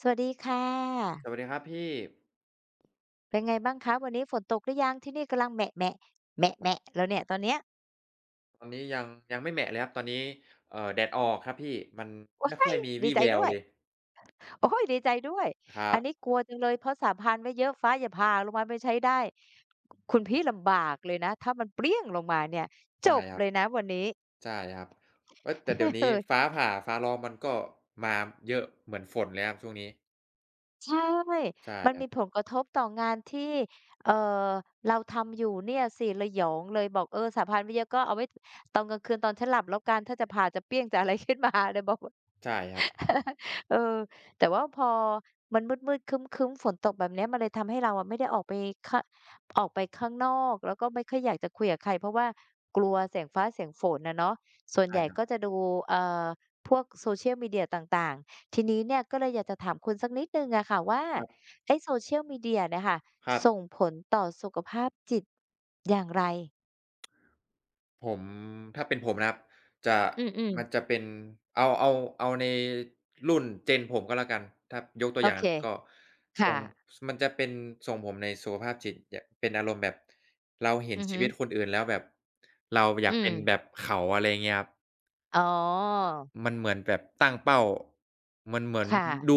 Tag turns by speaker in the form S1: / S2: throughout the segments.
S1: สวัสดีค่ะ
S2: สวัสดีครับพี่
S1: เป็นไงบ้างคะวันนี้ฝนตกหรือยังที่นี่กำลังแหมะๆแหมะๆแล้วเนี่ยตอนเนี้ย
S2: ตอนนี้ยังไม่แหมะเลยครับ ตอนนี้แดดออกครับพี่ มัน
S1: โอ้
S2: ไม่ค่อ
S1: ย
S2: ยมี
S1: ดี
S2: วี่
S1: ใจ
S2: แวว
S1: ด้วย
S2: เลย
S1: โอ้ยดีใจด้วย
S2: ครั
S1: อัน
S2: บ
S1: นี้กลัวจังเลยเพราะสาพานไว้เยอะฟ้าอย่าผ่าลงมาไม่ใช้ได้คุณพี่ลำบากเลยนะถ้ามันเปรี้ยงลงมาเนี่ยจ
S2: ใช่
S1: บ
S2: ครั
S1: เล
S2: บ
S1: ยนะวันนี้
S2: ใช่ครับเฮ้ยแต่เดี๋ยว นี้
S1: เอ
S2: ฟ้า
S1: อ
S2: ผ่าฟ้าร้องมันก็มาเยอะเหมือนฝนเลยครับช่วงนี้
S1: ใช่
S2: ใช่
S1: มัน
S2: ครั
S1: มี
S2: บ
S1: ผลกระทบต่องานที่เออเราทำอยู่เนี่ยสิระยองเลยบอกเออสาพานไว้เยอะก็เอาไว้ตอนกลางคืนตอนฉันหลับแล้วกันถ้าจะผ่าจะเปรี้ยงจะอะไรขึ้นมา เลยบอก
S2: ใช่ครับ
S1: เออแต่ว่าพอมันมืดๆครึ้มๆฝนตกแบบเนี้ยมันเลยทำให้เราอะไม่ได้ออกไปข้างออกไปข้างนอกแล้วก็ไม่ค่อยอยากจะคุยกับใครเพราะว่ากลัวเสียงฟ้าเสียงฝนนะเนาะส่วน
S2: ใช่
S1: ใหญ่
S2: ครั
S1: ก็
S2: บ
S1: จะดูเอ่อพวก social media ต่างๆทีนี้เนี่ยก็เลยอยากจะถามคุณสักนิดนึงอะค่ะว่า
S2: ครับ
S1: ไอ้ social media เชียลมีเดียเนี่ยค่ะ
S2: ครับ
S1: ส่งผลต่อสุขภาพจิตอย่างไร
S2: ผมถ้าเป็นผมนะครับจะ
S1: อืม
S2: มันจะเป็นเอาเอาเอาในรุ่น Gen ผมก็แล้วกันถ้ายกตัว
S1: โอ
S2: อย่าง
S1: เค
S2: เลยก็ทร
S1: ค่ะ
S2: งสมันจะเป็นทรงผมในสุขภาพจิตยเป็นอารมณ์แบบเราเห็น
S1: อือ
S2: ชี
S1: หือ
S2: วิตคนอื่นแล้วแบบเราอยาก
S1: อืม
S2: เป็นแบบเขาอะไรอย่างเงี้ยครับ
S1: อ๋อ
S2: มันเหมือนแบบตั้งเป้ามันเหมือน
S1: ค่ะ
S2: ดู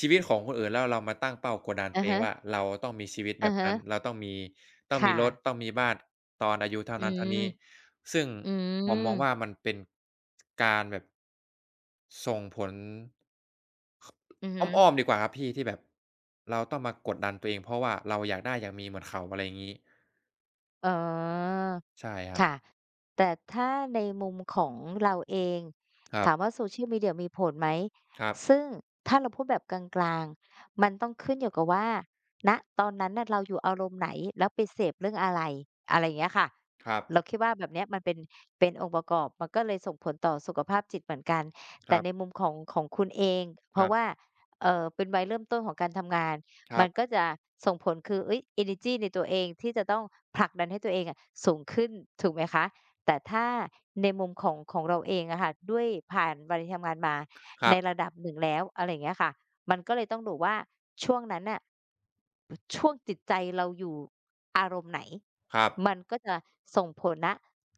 S2: ชีวิตของคนอื่นแล้วเรามาตั้งเป้ากดดัน
S1: อะ
S2: ตัวเอง
S1: ฮะ
S2: ว่าเราต้องมีชีวิต
S1: อ
S2: แบ
S1: อ
S2: บ
S1: ฮะ
S2: นั้นเราต้องมีต้องมี
S1: ค่ะ
S2: รถต้องมีบ้านตอนอายุเท่า
S1: อื
S2: นั้นเท่า
S1: ม
S2: นี้ซึ่ง
S1: อื
S2: ผ
S1: ม
S2: มมองว่ามันเป็นการแบบส่งผล
S1: อือฮึ
S2: อ้อมๆดีกว่าครับพี่ที่แบบเราต้องมากดดันตัวเองเพราะว่าเราอยากได้อยากมีเหมือนเขาอะไรอย่างงี้
S1: อ๋อ
S2: ใช่ครั
S1: ค่ะ
S2: บ
S1: แต่ถ้าในมุมของเราเอง
S2: ครั
S1: ถาม
S2: บ
S1: ว่า Social Media มีผลไหม
S2: ครับ
S1: ซึ่งถ้าเราพูดแบบกลางๆมันต้องขึ้นอยู่กับว่าณตอนนั้นน่ะเราอยู่อารมณ์ไหน แล้วไปเสพเรื่องอะไร อะไรอย่างเงี้ยค่ะ
S2: ครับ
S1: เราคิดว่าแบบเนี้ยมันเป็นองค์ประกอบ มันก็เลยส่งผลต่อสุขภาพจิตเหมือนกัน
S2: ค
S1: แต่
S2: รั
S1: ในมุ
S2: บ
S1: มของของคุณเอง เพ
S2: ครั
S1: ราะว่า
S2: บ
S1: เป็นวัยเริ่มต้นของการทำงาน
S2: ครั
S1: มันก็
S2: บ
S1: จะส่งผลคือเอ้ย energy ในตัวเองที่จะต้องผลักดันให้ตัวเองอะสูงขึ้นถูกไหมคะแต่ถ้าในมุมของเราเองอะค่ะด้วยผ่านวัยทำงานมา
S2: ครั
S1: ใน
S2: บ
S1: ระดับหนึ่งแล้วอะไรอย่างเงี้ยค่ะมันก็เลยต้องดูว่าช่วงนั้นน่ะช่วงจิตใจเราอยู่อารมณ์ไหน
S2: ครับ
S1: มันก็จะส่งผลณ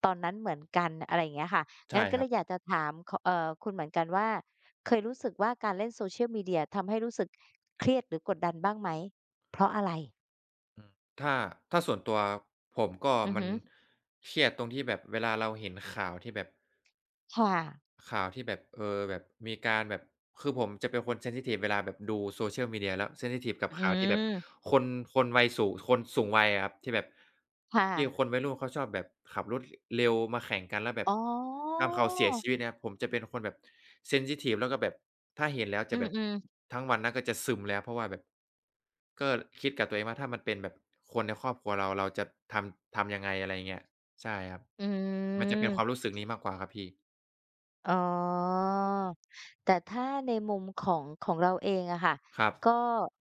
S1: ตอนนั้นเหมือนกันอะไรอย่างเงี้ยค่ะงั้
S2: ใช่
S1: นก็
S2: ค
S1: เล
S2: รับ
S1: ยอยากจะถามขคุณเหมือนกันว่า เคยรู้สึกว่าการเล่น Social Media ทำให้รู้สึกเครียดหรือกดดันบ้างไหม เพราะอะไร
S2: อืมถ้าส่วนตัวผมก็
S1: อือ
S2: มัน
S1: ฮึ
S2: เครียดตรงที่แบบเวลาเราเห็นข่าวที่แบบ
S1: ค่ะ
S2: ข่าวที่แบบเออแบบมีการแบบคือผมจะเป็นคนเซนซิทิฟเวลาแบบดู Social Media แล้วเซนซิทิฟกับ
S1: อื
S2: ข่าวที่แบบ
S1: ม
S2: คนคนวัยสูงคนสูงวัยอะครับที่แบบ
S1: ค่ะ
S2: ที่คนวัยรุ่นเขาชอบแบบขับรถเร็วมาแข่งกันแล้วแบบ
S1: อ๋อ
S2: ทำเขาเสียชีวิตเนี่ยผมจะเป็นคนแบบเซนซิทิฟแล้วก็แบบถ้าเห็นแล้ว
S1: อื
S2: จะแบบ
S1: มๆ
S2: ทั้งวันนั้นก็จะซึมแล้วเพราะว่าแบบก็คิดกับตัวเองว่าถ้ามันเป็นแบบคนในครอบครัวเราเราจะทำยังไงอะไรอย่างเงี้ยใช่ครับ
S1: อื
S2: มันจะเป็นความ
S1: ม
S2: รู้สึกนี้มากกว่าครับพี่
S1: อ๋อแต่ถ้าในมุมของเราเองอะค่ะ
S2: ครับ
S1: ก็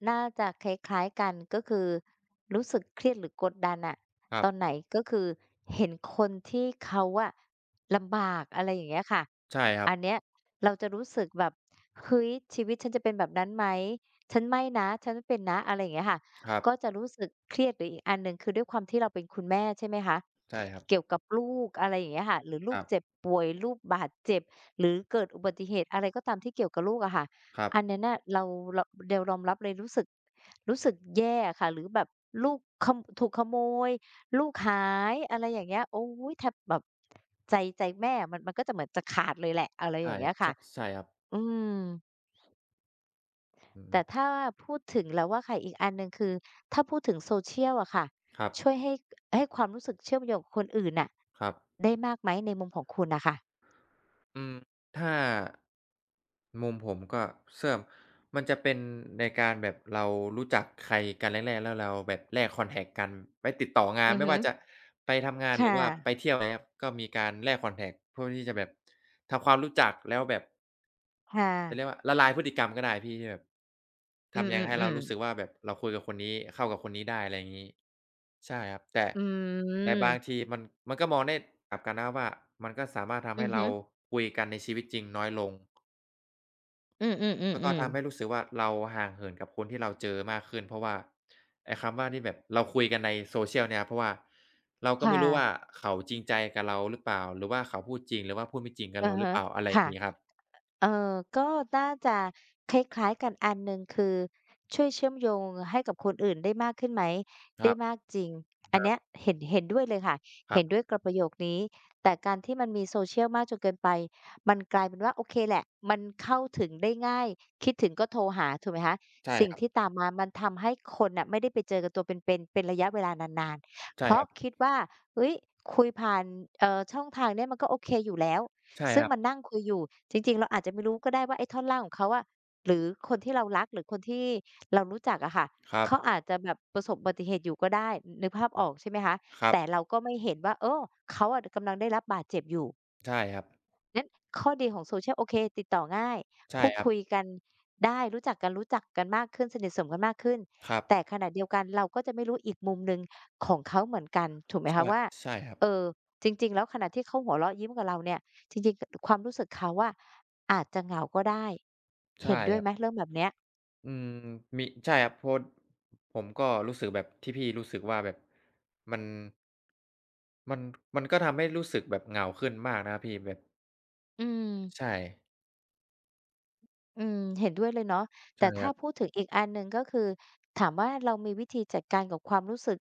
S1: น่าจะคล้ายๆกันก็คือรู้สึกเครียดหรือกดดันน่ะ
S2: ครั
S1: ตอนไห
S2: บ
S1: นก็คือเห็นคนที่เขาอะลำบากอะไรอย่างเงี้ยค่ะ
S2: ใช่ครับ
S1: อันเนี้ยเราจะรู้สึกแบบเฮ้ยชีวิตฉันจะเป็นแบบนั้นไหมฉันไม่นะฉันไม่เป็นนะอะไรอย่างเงี้ยค่ะ
S2: ครับ
S1: ก็จะรู้สึกเครียดหรืออีกอันหนึ่งคือด้วยความที่เราเป็นคุณแม่ใช่ไหมคะ
S2: ใช่ครับ
S1: เกี่ยวกับลูกอะไรอย่างเงี้ยค่ะหรือลู
S2: ค
S1: ก
S2: รั
S1: เจ็บ
S2: บ
S1: ป่วยลูกบาดเจ็บ หรือเกิดอุบัติเหตุอะไรก็ตามที่เกี่ยวกับลูกอะค่ะ
S2: ครับ
S1: อันนั้นน่ะเราเดวรอมรับเลยรู้สึกแย่อะค่ะหรือแบบลูกขถูกขโมยลูกหายอะไรอย่างเงี้ยโอ๊ยแทบแบบใจแม่อะมันก็จะเหมือนจะขาดเลยแหละอะไรอ
S2: ใช่
S1: ย่างเงี้ย
S2: ช
S1: ค่ะ
S2: ใช่ครับ
S1: อืม
S2: อื
S1: แต่
S2: ม
S1: ถ้าพูดถึงแล้วว่าใค่ะอีกอันหนึ่งคือถ้าพูดถึง social อะค่ะ
S2: ครับ
S1: ช่วยให้ให้ความรู้สึกเชื่อมโยงกับคนอื่นน่ะ
S2: ครับ
S1: ได้มากไหมในมุมของคุณน่ะค่ะ
S2: อืมถ้ามุมผมก็เสื่อมมันจะเป็นในการแบบเรารู้จักใครกันแรกๆแล้วเราแบบแลกคอนแท็กต์กันไปติดต่องาน
S1: อือ
S2: ไม่
S1: ฮึ
S2: ว่าจะไปทำงานหรือ
S1: ค่ะ
S2: ว่าไปเที่ยวอะไรครับก็มีการแลกคอนแท็กต์เพื่อที่จะแบบทำความรู้จักแล้วแบบ
S1: ค่ะค่
S2: จะเรียก
S1: ะ
S2: ว่าละลายพฤติกรรมก็ได้พี่ที่แบบ
S1: อื
S2: ทำยังไงให้เรา
S1: ม
S2: รู้สึก
S1: ๆๆ
S2: ว่าแบบเราคุยกับคนนี้เข้ากับคนนี้ได้อะไรอย่างงี้ใช่ครับแต่
S1: อื
S2: บางที
S1: ม
S2: มันก็มองได้กลับกันนะว่ามันก็สามารถทำ
S1: อื
S2: ให้
S1: อ
S2: เรา
S1: ฮึ
S2: คุยกันในชีวิตจริงน้อยลง
S1: อื
S2: แล้วก็
S1: อๆ
S2: ทำ
S1: ๆ
S2: ให้
S1: ๆ
S2: รู้สึกว่าเราห่างเหินกับคนที่เราเจอมากขึ้นเพราะว่าไอ้คำว่าที่แบบเราคุยกันใน social เนี่ยเพราะว่าเราก็ไม่
S1: ค่ะ
S2: รู้ว่าเขาจริงใจกับเราหรือเปล่าหรือว่าเขาพูดจริงหรือว่าพูดไม่จริงกับ
S1: อะ
S2: เราหรือ
S1: ฮะ
S2: เปล่าอะไรอย่า
S1: ค่ะ
S2: งงี้ครับ
S1: เออก็น่าจะคล้ายๆกันอันหนึ่งคือช่วยเชื่อมโยงให้กับคนอื่นได้มากขึ้นไหม
S2: ค
S1: ได้
S2: รับ
S1: มากจริง
S2: ค
S1: อัน
S2: รั
S1: เนี้ย
S2: บ
S1: เห็นด้วยเลยค่ะ
S2: ครั
S1: เห็นด้
S2: บ
S1: วยกับประโยคนี้แต่การที่มันมี social มากจนเกินไปมันกลายเป็นว่าโอเคแหละมันเข้าถึงได้ง่ายคิดถึงก็โทรหาถูกไหมคะ
S2: ใช่
S1: สิ่ง
S2: ครับ
S1: ที่ตามมามันทำให้คนน่ะไม่ได้ไปเจอกันตัวเป็นๆเป็นระยะเวลานานๆ
S2: ใช่
S1: เพ
S2: ค
S1: ราะ
S2: รับ
S1: คิดว่าเฮ้ยคุยผ่านช่องทางเนี้ยมันก็โอเคอยู่แล้ว
S2: ใช่
S1: ซึ่
S2: ค
S1: ง
S2: รับ
S1: มันนั่งคุยอยู่จริงๆเราอาจจะไม่รู้ก็ได้ว่าไอ้ท่อนล่างของเขาอะหรือคนที่เรารักหรือคนที่เรารู้จักอะค่ะ
S2: ครับ
S1: เขาอาจจะแบบประสบอุบัติเหตุอยู่ก็ได้นึกภาพออกใช่ไหมคะ
S2: ครับ
S1: แต่เราก็ไม่เห็นว่าเออเขาอะกำลังได้รับบาดเจ็บอยู่
S2: ใช่ครับ
S1: งั้นข้อดีของ Social โอเคติดต่อง่าย
S2: ใช่
S1: พูด
S2: ครับ
S1: คุยกันได้รู้จักกันรู้จักกันมากขึ้นสนิทสนมกันมากขึ้น
S2: ครับ
S1: แต่ขณะเดียวกันเราก็จะไม่รู้อีกมุมหนึ่งของเขาเหมือนกันถูกไหม
S2: ใช่
S1: คะว่า
S2: ใช่ครับ
S1: เอ่อจริงๆแล้วขณะที่เขาหัวเราะยิ้มกับเราเนี่ยจริงๆความรู้สึกเขาอะอาจจะเหงาก็ได้เห็
S2: ใช่
S1: นด้ว
S2: ค
S1: ย
S2: รั
S1: ไห
S2: บ
S1: มเรื่องแบบเนี้ย
S2: อืมมีใช่ครับเพราะผมก็รู้สึกแบบที่พี่รู้สึกว่าแบบมันมันมันก็ทำให้รู้สึกแบบเหงาขึ้นมากนะครับพี่แบบ
S1: อืม
S2: ใช่
S1: อืมเห็นด้วยเลยเนาะแต่
S2: ใช่ค
S1: ถ้า
S2: รั
S1: พู
S2: บ
S1: ดถึงอีกอันหนึ่งก็คือถามว่าเรามีวิธีจัดการกับความรู้สึก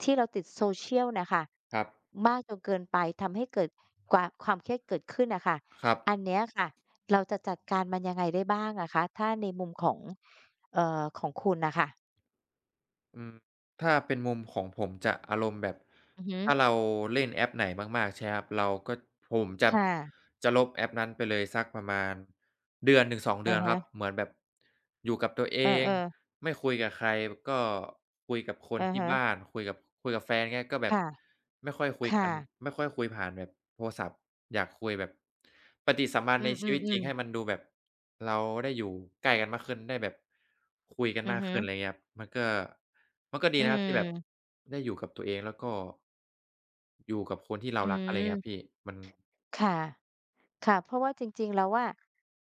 S1: ที่เราติด social น่ะค่ะ
S2: ครับ
S1: มากจนเกินไปทำให้เกิดกว่าความเครียดเกิดขึ้นน่ะค่ะ
S2: ครับ
S1: อันเนี้ยค่ะเราจะจัดการมันยังไงได้บ้างอะคะถ้าในมุมของของคุณน่ะค่ะ
S2: อืมถ้าเป็นมุมของผมจะอารมณ์แบบ
S1: อือฮึ
S2: ถ้าเราเล่นแอปไหนมากๆใช่ไหมครับเราก็ผมจะ
S1: ค่ะ
S2: ลบแอปนั้นไปเลยสักประมาณเดือนนหนึ่งสองเดื
S1: อะ
S2: อนค
S1: ฮะ
S2: รับเหมือนแบบอยู่กับตัวเอ
S1: เอ
S2: ง
S1: อๆ
S2: ไม่คุยกับใครก็คุยกับคน
S1: อะ
S2: ที่
S1: ฮะ
S2: บ้านคุยกับแฟนเงี้ยก็แบบ
S1: ค่ะ
S2: ไม่ค่อยคุยกั
S1: ค่ะ
S2: นไม่ค่อยคุยผ่านแบบโทรศัพท์อยากคุยแบบปฏิสัมพัน
S1: อื
S2: ธ์ในชีวิตจริง
S1: ม
S2: ให้
S1: ๆ
S2: มั
S1: ๆ
S2: นดูแบบเราได้อยู่ใกล้กันมากขึ้นได้แบบคุยกัน
S1: อือ
S2: มาก
S1: ฮึ
S2: ขึ้นอะไรเงี้ยครับมันก็ดี
S1: อื
S2: นะครับที่แบบ
S1: ม
S2: ได้อยู่กับตัวเองแล้วก็อยู่กับคนที่เรา
S1: อื
S2: รักอะไรเงี้ยครับ
S1: ม
S2: พี่มัน
S1: ค่ะ ค่ะเพราะว่าจริงๆแล้วว่า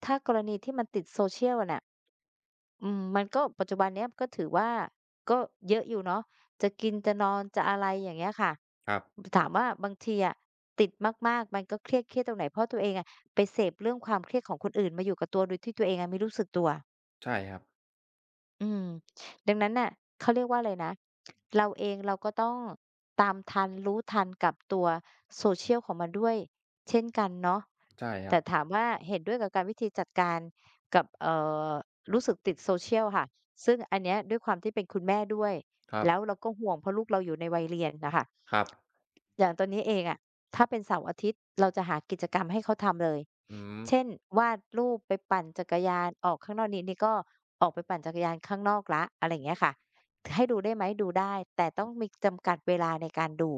S1: ถ้ากรณีที่มันติด social อะน่ะอืมมันก็ปัจจุบันเนี้ยก็ถือว่าก็เยอะอยู่เนาะจะกินจะนอนจะอะไรอย่างเงี้ยค่ะ
S2: ครับ
S1: ถามว่าบางทีอะติดมากๆมันก็เครียดเครียดตรงไหนเพราะตัวเองอะไปเสพเรื่องความเครียดของคนอื่นมาอยู่กับตัวโดยที่ตัวเองอะไม่รู้สึกตัว
S2: ใช่ครับ
S1: อืมดังนั้นน่ะเขาเรียกว่าอะไรนะเราเองเราก็ต้องตามทันรู้ทันกับตัว social ของมันด้วยเช่นกันเนาะ
S2: ใช่ครั
S1: แต่
S2: บ
S1: ถามว่าเห็นด้วยกับการวิธีจัดการกับอรู้สึกติด social ค่ะซึ่งอันเนี้ยด้วยความที่เป็นคุณแม่ด้วย
S2: ครั
S1: แล้ว
S2: บ
S1: เราก็ห่วงเพราะลูกเราอยู่ในวัยเรียนน่ะค่ะ
S2: ครับ
S1: อย่างตอนนี้เองอะ ถ้าเป็นเสาร์อาทิตย์เราจะหากิจกรรมให้เขาทำเลย
S2: อืม
S1: เช่นวาดรูปไปปั่นจักรยานออกข้างนอกนี่นี่ก็ออกไปปั่นจักรยานข้างนอกแล้วอะไรอย่างเงี้ยค่ะให้ดูได้ไหมดูได้แต่ต้องมีจำกัดเวลาในการดู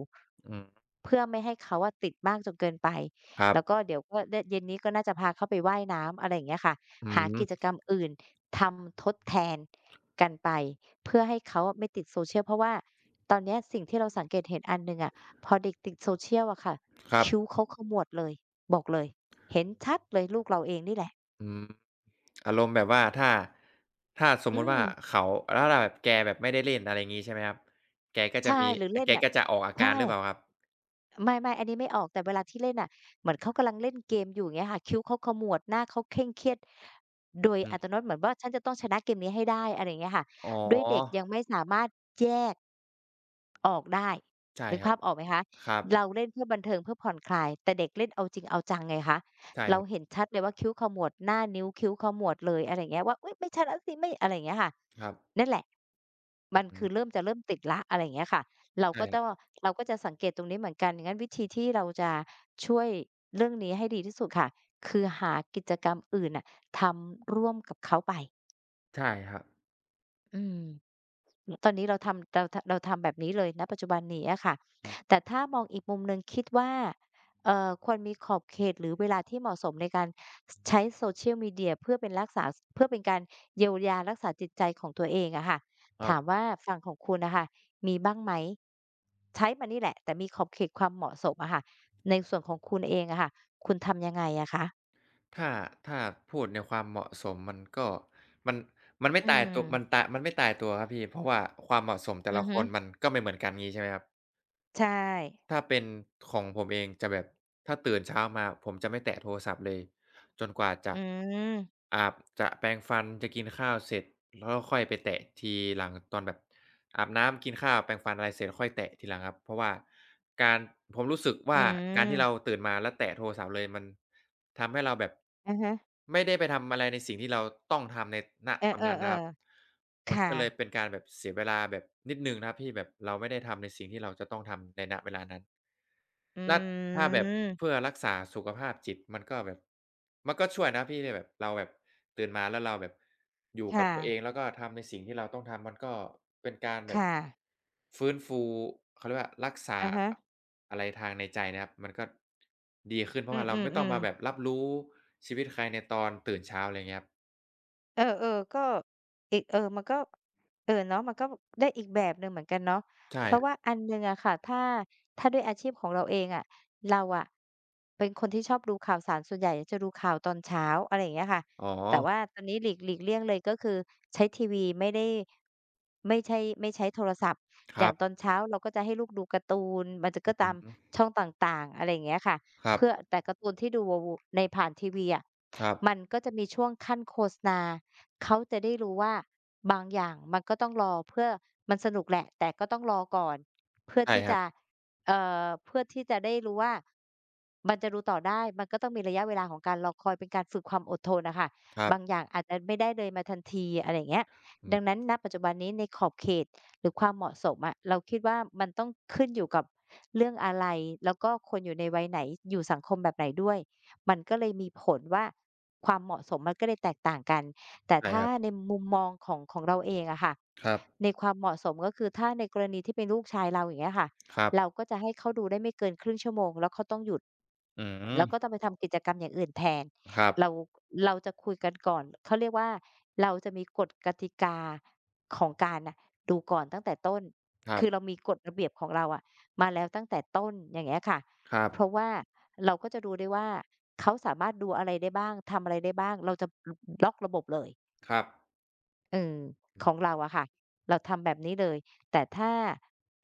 S2: อืม
S1: เพื่อไม่ให้เขาอะติดมากจนเกินไป
S2: ครับ
S1: แล้วก็เดี๋ยวก็เนี่ยเย็นนี้ก็น่าจะพาเขาไปว่ายน้ำอะไรอย่างเงี้ยค่ะ
S2: อื
S1: หากิจก
S2: ม
S1: รรมอื่นทำทดแทนกันไปเพื่อให้เขาอะไม่ติด social เพราะว่าตอนเนี้ยสิ่งที่เราสังเกตเห็นอันหนึ่งอะพอเด็กติด social อะค่ะ
S2: ครั
S1: คิ้ว
S2: บ
S1: เขาขมวดเลยบอกเลยเห็นชัดเลยลูกเราเองนี่แหละ
S2: อืมอารมณ์แบบว่าถ้าสม
S1: อื
S2: มุติ
S1: ม
S2: ว่าเขาแล้วถ้าแบบแกแบบไม่ได้เล่นอะไรงี้ใช่ไหมครับแกก็จะ
S1: ใช่
S2: มี
S1: หรือเล่น
S2: แก
S1: น่ะ
S2: ก็จะออกอา
S1: ใช่
S2: การหรือเปล่าครับ
S1: ไม่ๆอันนี้ไม่ออกแต่เวลาที่เล่นน่ะเหมือนเขากำลังเล่นเกมอยู่อย่างเงี้ยค่ะคิ้วเขาขมวดหน้าเขาเคร่งเครียดโดย
S2: อื
S1: อั
S2: ม
S1: ตโนมัติเหมือนว่าฉันจะต้องชนะเกมนี้ให้ได้อะไรอย่างเงี้ยค่ะ
S2: อ๋
S1: ด้วยเด็กยั
S2: อ
S1: งไม่สามารถแยกออกได้
S2: ใช่
S1: นึก
S2: ครับ
S1: ภาพออกไหมคะ
S2: ครับ
S1: เราเล่นเพื่อบันเทิงเพื่อผ่อนคลายแต่เด็กเล่นเอาจริงเอาจังไงคะ
S2: ใช่ค
S1: เรา
S2: รับ
S1: เห็นชัดเลยว่าคิ้วขมวดหน้านิ้วคิ้วขมวดเลยอะไรอย่างเงี้ยว่าอุ๊ยไม่ชนะสิไม่อะไรอย่างเงี้ยค่ะ
S2: ครับ
S1: นั่นแหละ
S2: อื
S1: มัน
S2: อฮึ
S1: คือเริ่มจะเริ่มติดแล้วอะไรอย่างเงี้ยค่ะ เรา
S2: ใช่
S1: ก็
S2: ค
S1: จะ
S2: รับ
S1: เราก็จะสังเกตตรงนี้เหมือนกันงั้นวิธีที่เราจะช่วยเรื่องนี้ให้ดีที่สุดค่ะคือหากิจกรรมอื่นน่ะทำร่วมกับเขาไป
S2: ใช่ครับ
S1: อืม ตอนนี้เราทำเราเราทำแบบนี้เลยณปัจจุบันนี้อะค่ะ
S2: อืม
S1: แต่ถ้ามองอีกมุมหนึ่งคิดว่าควรมีขอบเขตหรือเวลาที่เหมาะสมในการสใช้ Social Media เพื่อเป็นรักษาสเพื่อเป็นการเยียวยารักษาจิตใจของตัวเองอะค่ะ
S2: ครั
S1: ถาม
S2: บ
S1: ว่าฝั่งของคุณน่ะค่ะมีบ้างไหมใช้มันนี่แหละแต่มีขอบเขตความเหมาะสมอะค่ะในส่วนของคุณเองอะค่ะคุณทำยังไงอะคะ
S2: ถ้าถ้าพูดในความเหมาะสมมันก็มันมันไม่
S1: อื
S2: ตายตัวมัน
S1: ม
S2: ตามันไม่ตายตัวครับพี่เพราะว่าความเหมาะสมแต่
S1: อื
S2: ละ
S1: อ
S2: ค
S1: ฮึ
S2: นมันก็ไม่เหมือนกันงี้ใช่ไหมครับ
S1: ใช่
S2: ถ้าเป็นของผมเองจะแบบถ้าตื่นเช้ามาผมจะไม่แตะโทรศัพท์เลย จนกว่าจะ
S1: อืม
S2: อาบจะแปรงฟันจะกินข้าวเสร็จแล้วก็ค่อยไปแตะทีหลังตอนแบบอาบน้ำกินข้าวแปรงฟันอะไรเสร็จค่อยแตะทีหลังครับเพราะว่าการผมรู้สึก
S1: อื
S2: ว่าการที่เรา
S1: ม
S2: ตื่นมาแล้วแตะโทรศัพท์เลยมันทำให้เราแบบ
S1: อะฮะ
S2: ไม่ได้ไปทำอะไรในสิ่งที่เราต้องทำในณ
S1: เออ
S2: ตอนนั้นนะครับ
S1: ๆๆ
S2: มัน
S1: ค่ะ
S2: ก็เลยเป็นการแบบเสียเวลาแบบนิดหนึ่งนะครับที่แบบเราไม่ได้ทำในสิ่งที่เราจะต้องทำในณเวลานั้น
S1: อื
S2: แล้วถ้าแบบเพื่อ
S1: ม
S2: รักษาสุขภาพจิตมันก็แบบมันก็ช่วยนะพี่ที่แบบเราแบบตื่นมาแล้วเราแบบอยู่กับ
S1: ค่ะ
S2: ตัวเองแล้วก็ทำในสิ่งที่เราต้องทำมันก็เป็นการแบบ
S1: ค่ะ
S2: ฟื้นฟูเขาเรียกว่ารักษา
S1: อะฮะ
S2: อะไรทางในใจนะครับมันก็ดีขึ้นเพ
S1: อื
S2: ราะว่าเราไม่ต้อง
S1: อ
S2: มา
S1: ๆ
S2: แบบ
S1: ๆ
S2: รับรู้ชีวิตใครในตอนตื่นเช้าอะไรอย่างเงี้ยครับ
S1: เออๆก็อีกเออมันก็เออเนาะมันก็ได้อีกแบบหนึ่งเหมือนกันเนาะ
S2: ใช่
S1: เพ
S2: ค
S1: ราะ
S2: รั
S1: ว่า
S2: บ
S1: อันหนึ่งอะค่ะถ้าถ้าด้วยอาชีพของเราเองอะเราอะเป็นคนที่ชอบดูข่าวสารส่วนใหญ่จะดูข่าวตอนเช้าอะไรอย่างเงี้ยค่ะ
S2: อ๋อ
S1: แต่ว่าตอนนี้หลีกหลีกเลี่ยงเลยก็คือใช้ทีวีไม่ได้ไม่ใช่ไม่ใช้โทรศัพท์
S2: ค
S1: อ
S2: รั
S1: ย่างต
S2: บ
S1: อนเช้าเราก็จะให้ลูกดูการ์ตูนมันจะ
S2: อื
S1: ก็
S2: อ
S1: ตาม
S2: ฮึ
S1: ช่องต่างๆอะไรอย่างเงี้ยค่ะ
S2: ครั
S1: เพื่อ
S2: บ
S1: แต่การ์ตูนที่ดูในผ่านทีวีอะ
S2: ครับ
S1: มันก็จะมีช่วงขั้นโฆษณา เขาจะได้รู้ว่าบางอย่างมันก็ต้องรอเพื่อมันสนุกแหละแต่ก็ต้องรอก่อนเพื่อ
S2: ใช่
S1: ที่
S2: ครั
S1: จะ
S2: บ
S1: เอ่เพื่อที่จะได้รู้ว่ามันจะดูต่อได้มันก็ต้องมีระยะเวลาของการรอคอยเป็นการฝึกความอดทนน่ะค่ะ
S2: ครั
S1: บางอ
S2: บ
S1: ย่างอาจจะไม่ได้เลยมาทันทีอะไรอย่างเงี้ย
S2: อื
S1: ดังนั้
S2: ม
S1: นณปัจจุบันนี้ในขอบเขตหรือความเหมาะสมอะเราคิดว่ามันต้องขึ้นอยู่กับเรื่องอะไรแล้วก็คนอยู่ในวัยไหนอยู่สังคมแบบไหนด้วยมันก็เลยมีผลว่าความเหมาะสมมันก็เลยแตกต่างกัน แต่
S2: ใช่
S1: ถ้า
S2: ครั
S1: ใน
S2: บ
S1: มุมมองของเราเองอะค่ะ
S2: ครับ
S1: ในความเหมาะสมก็คือถ้าในกรณีที่เป็นลูกชายเราอย่างเงี้ยค่ะ
S2: ครับ
S1: เราก็จะให้เขาดูได้ไม่เกินครึ่งชั่วโมงแล้วเขาต้องหยุด
S2: อืม
S1: แล้วก็ต้องไปทำกิจกรรมอย่างอื่นแทน
S2: ครับ
S1: เราเราจะคุยกันก่อนเขาเรียกว่าเราจะมีกฎกติกาของการน่ะดูก่อนตั้งแต่ต้น
S2: ครั
S1: คือเรา
S2: บ
S1: มีกฎระเบียบของเราอะมาแล้วตั้งแต่ต้นอย่างเงี้ยค่ะ
S2: ครับ
S1: เพราะว่าเราก็จะดูได้ว่าเขาสามารถดูอะไรได้บ้างทำอะไรได้บ้างเราจะล็อกระบบเลย
S2: ครับ
S1: เออของเราอะค่ะเราทำแบบนี้เลยแต่ถ้า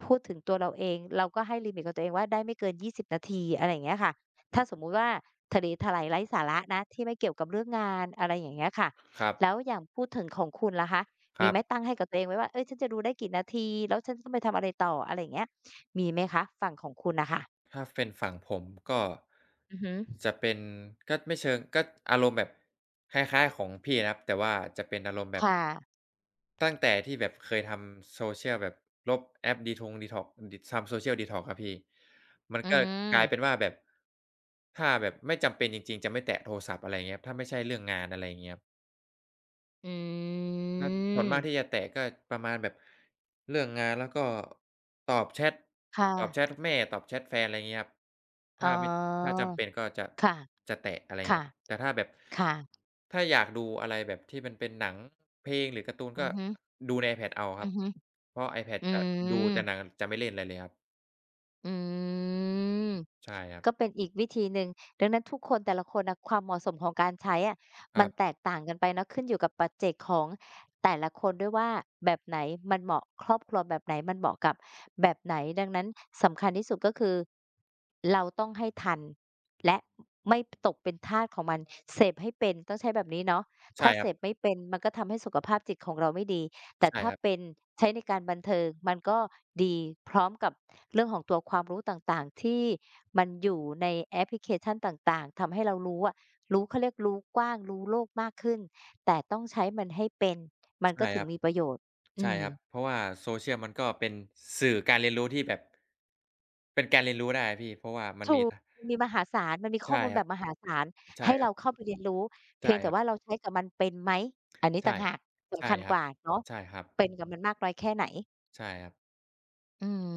S1: พูดถึงตัวเราเองเราก็ให้ลิมิตกับตัวเองว่าได้ไม่เกิน20 นาทีอะไรอย่างเงี้ยค่ะถ้าสมมุติว่าทะเลทลายไร้สาระนะที่ไม่เกี่ยวกับเรื่องงานอะไรอย่างเงี้ยค่ะ
S2: ครับ
S1: แล้วอย่างพูดถึงของคุณล่ะคะ
S2: ค
S1: มี
S2: รั
S1: ไหม
S2: บ
S1: ตั้งให้กับตัวเองไว้ว่าเฮ้ยฉันจะดูได้กี่นาทีแล้วฉันต้องไปทำอะไรต่ออะไรอย่างเงี้ยมีไหมคะฝั่งของคุณน่ะค่ะ
S2: ถ้าเป็นฝั่งผมก็
S1: อือฮึ
S2: จะเป็นก็ไม่เชิงก็อารมณ์แบบคล้ายๆของพี่นะครับแต่ว่าจะเป็นอารมณ์แบบ
S1: ค่ะ
S2: ตั้งแต่ที่แบบเคยทำ Social แบบลบแอป Detox Detox ดิทำ Social Detox ครับพี่มัน
S1: อื
S2: ก็ก
S1: ม
S2: ลายเป็นว่าแบบถ้าแบบไม่จำเป็นจริงๆจะไม่แตะโทรศัพท์อะไรอย่างเงี้ยถ้าไม่ใช่เรื่องงานอะไรอย่างเงี้ย
S1: อื
S2: ก็ส่วนมากที่
S1: ม
S2: จะแตกก็ประมาณแบบเรื่องงานแล้วก็ตอบแชต
S1: ค่ะ
S2: ตอบแชตแม่ตอบแชตแฟนอะไรงี้ครับ
S1: อ๋อ
S2: ถ้าไม่ถ้าจำเป็นก็จะ
S1: ค่ะ
S2: แตะอะไรเงี้
S1: ค่ะ
S2: ยแต่ถ้าแบบ
S1: ค่ะ
S2: ถ้าอยากดูอะไรแบบที่มันเป็นหนังเพลงหรือการ์ตูน
S1: อื
S2: ก็
S1: อฮึ
S2: ดูใน iPad เอาค
S1: อื
S2: รับ
S1: อฮึ
S2: เพราะ iPad
S1: อื
S2: จะดู
S1: ม
S2: แต่หนังจะไม่เล่นอะไรเลยครับ
S1: อืม
S2: ใช่ครับ
S1: ก็เป็นอีกวิธีหนึ่งดังนั้นทุกคนแต่ละคนน่ะความเหมาะสมของการใช้อะ
S2: ค
S1: มั
S2: รั
S1: นแต
S2: บ
S1: กต่างกันไปเนาะขึ้นอยู่กับปัจเจกของแต่ละคนด้วยว่าแบบไหนมันเหมาะครอบครัวแบบไหนมันเหมาะกับแบบไหนดังนั้นสำคัญที่สุดก็คือเราต้องให้ทันและไม่ตกเป็นทาสของมันเสพให้เป็นต้องใช้แบบนี้เนาะ
S2: ใช่
S1: ถ้า
S2: ค
S1: เส
S2: รั
S1: พ
S2: บ
S1: ไม่เป็นมันก็ทำให้สุขภาพจิตของเราไม่ดี แต่
S2: ใช่
S1: ถ้า
S2: ครั
S1: เป็
S2: บ
S1: นใช้ในการบันเทิงมันก็ดีพร้อมกับเรื่องของตัวความรู้ต่างๆที่มันอยู่ในแอปพลิเคชันต่างๆทำให้เรารู้อะรู้เขาเรียกรู้กว้างรู้โลกมากขึ้นแต่ต้องใช้มันให้เป็นมันก็
S2: ใช่
S1: ถึ
S2: ค
S1: ง
S2: รับ
S1: มีประโยชน์อื
S2: ใช่
S1: ม
S2: ครับเพราะว่า Social มันก็เป็นสื่อการเรียนรู้ที่แบบเป็นการเรียนรู้ได้อะพี่เพราะว่ามัน
S1: ถู
S2: มี
S1: ก
S2: ท
S1: มันมีมหาศาลมันมีข้อ
S2: ใช่
S1: มูล
S2: ค
S1: แบ
S2: รับ
S1: บมหาศาล
S2: ใช่
S1: ให้
S2: ครั
S1: เรา
S2: บ
S1: เข้าไปเรียนรู้เพี
S2: ใช่
S1: ยงแต่
S2: ครับ
S1: ว่าเราใช้กับมันเป็นไหมอันนี้ต่า
S2: ใช่
S1: งหากสำ
S2: ใช่
S1: คัญ
S2: ค
S1: ก
S2: รับ
S1: ว่าเนาะ
S2: ใช่ครับ
S1: เป็นกับมันมากน้อยแค่ไหน
S2: ใช่ครับ
S1: อืม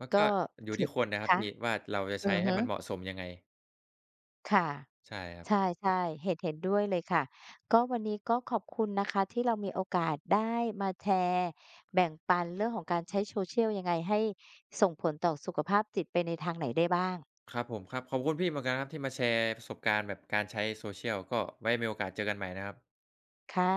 S2: มันก็
S1: ก็
S2: อ
S1: ถ
S2: ยู่ที่คนนะครับ
S1: คะ
S2: พี่ว่าเราจะ
S1: อื
S2: ใช้
S1: อ
S2: ให้
S1: ฮึ
S2: มันเหมาะสมยังไง
S1: ค่ะ
S2: ใช่ครั
S1: ใ
S2: บ
S1: ช่ๆเห็นด้วยเลยค่ะก็วันนี้ก็ขอบคุณนะคะที่เรามีโอกาสได้มาแชร์แบ่งปันเรื่องของการใช้ Social ยังไงให้ส่งผลต่อสุขภาพจิตไปในทางไหนได้บ้าง
S2: ครับผมครับขอบคุณพี่เหมือนกันนะครับที่มาแชร์ประสบการณ์แบบการใช้โซเ c i a l ก็ไว้มีโอกาสเจอกันใหม่นะครับ
S1: ค่ะ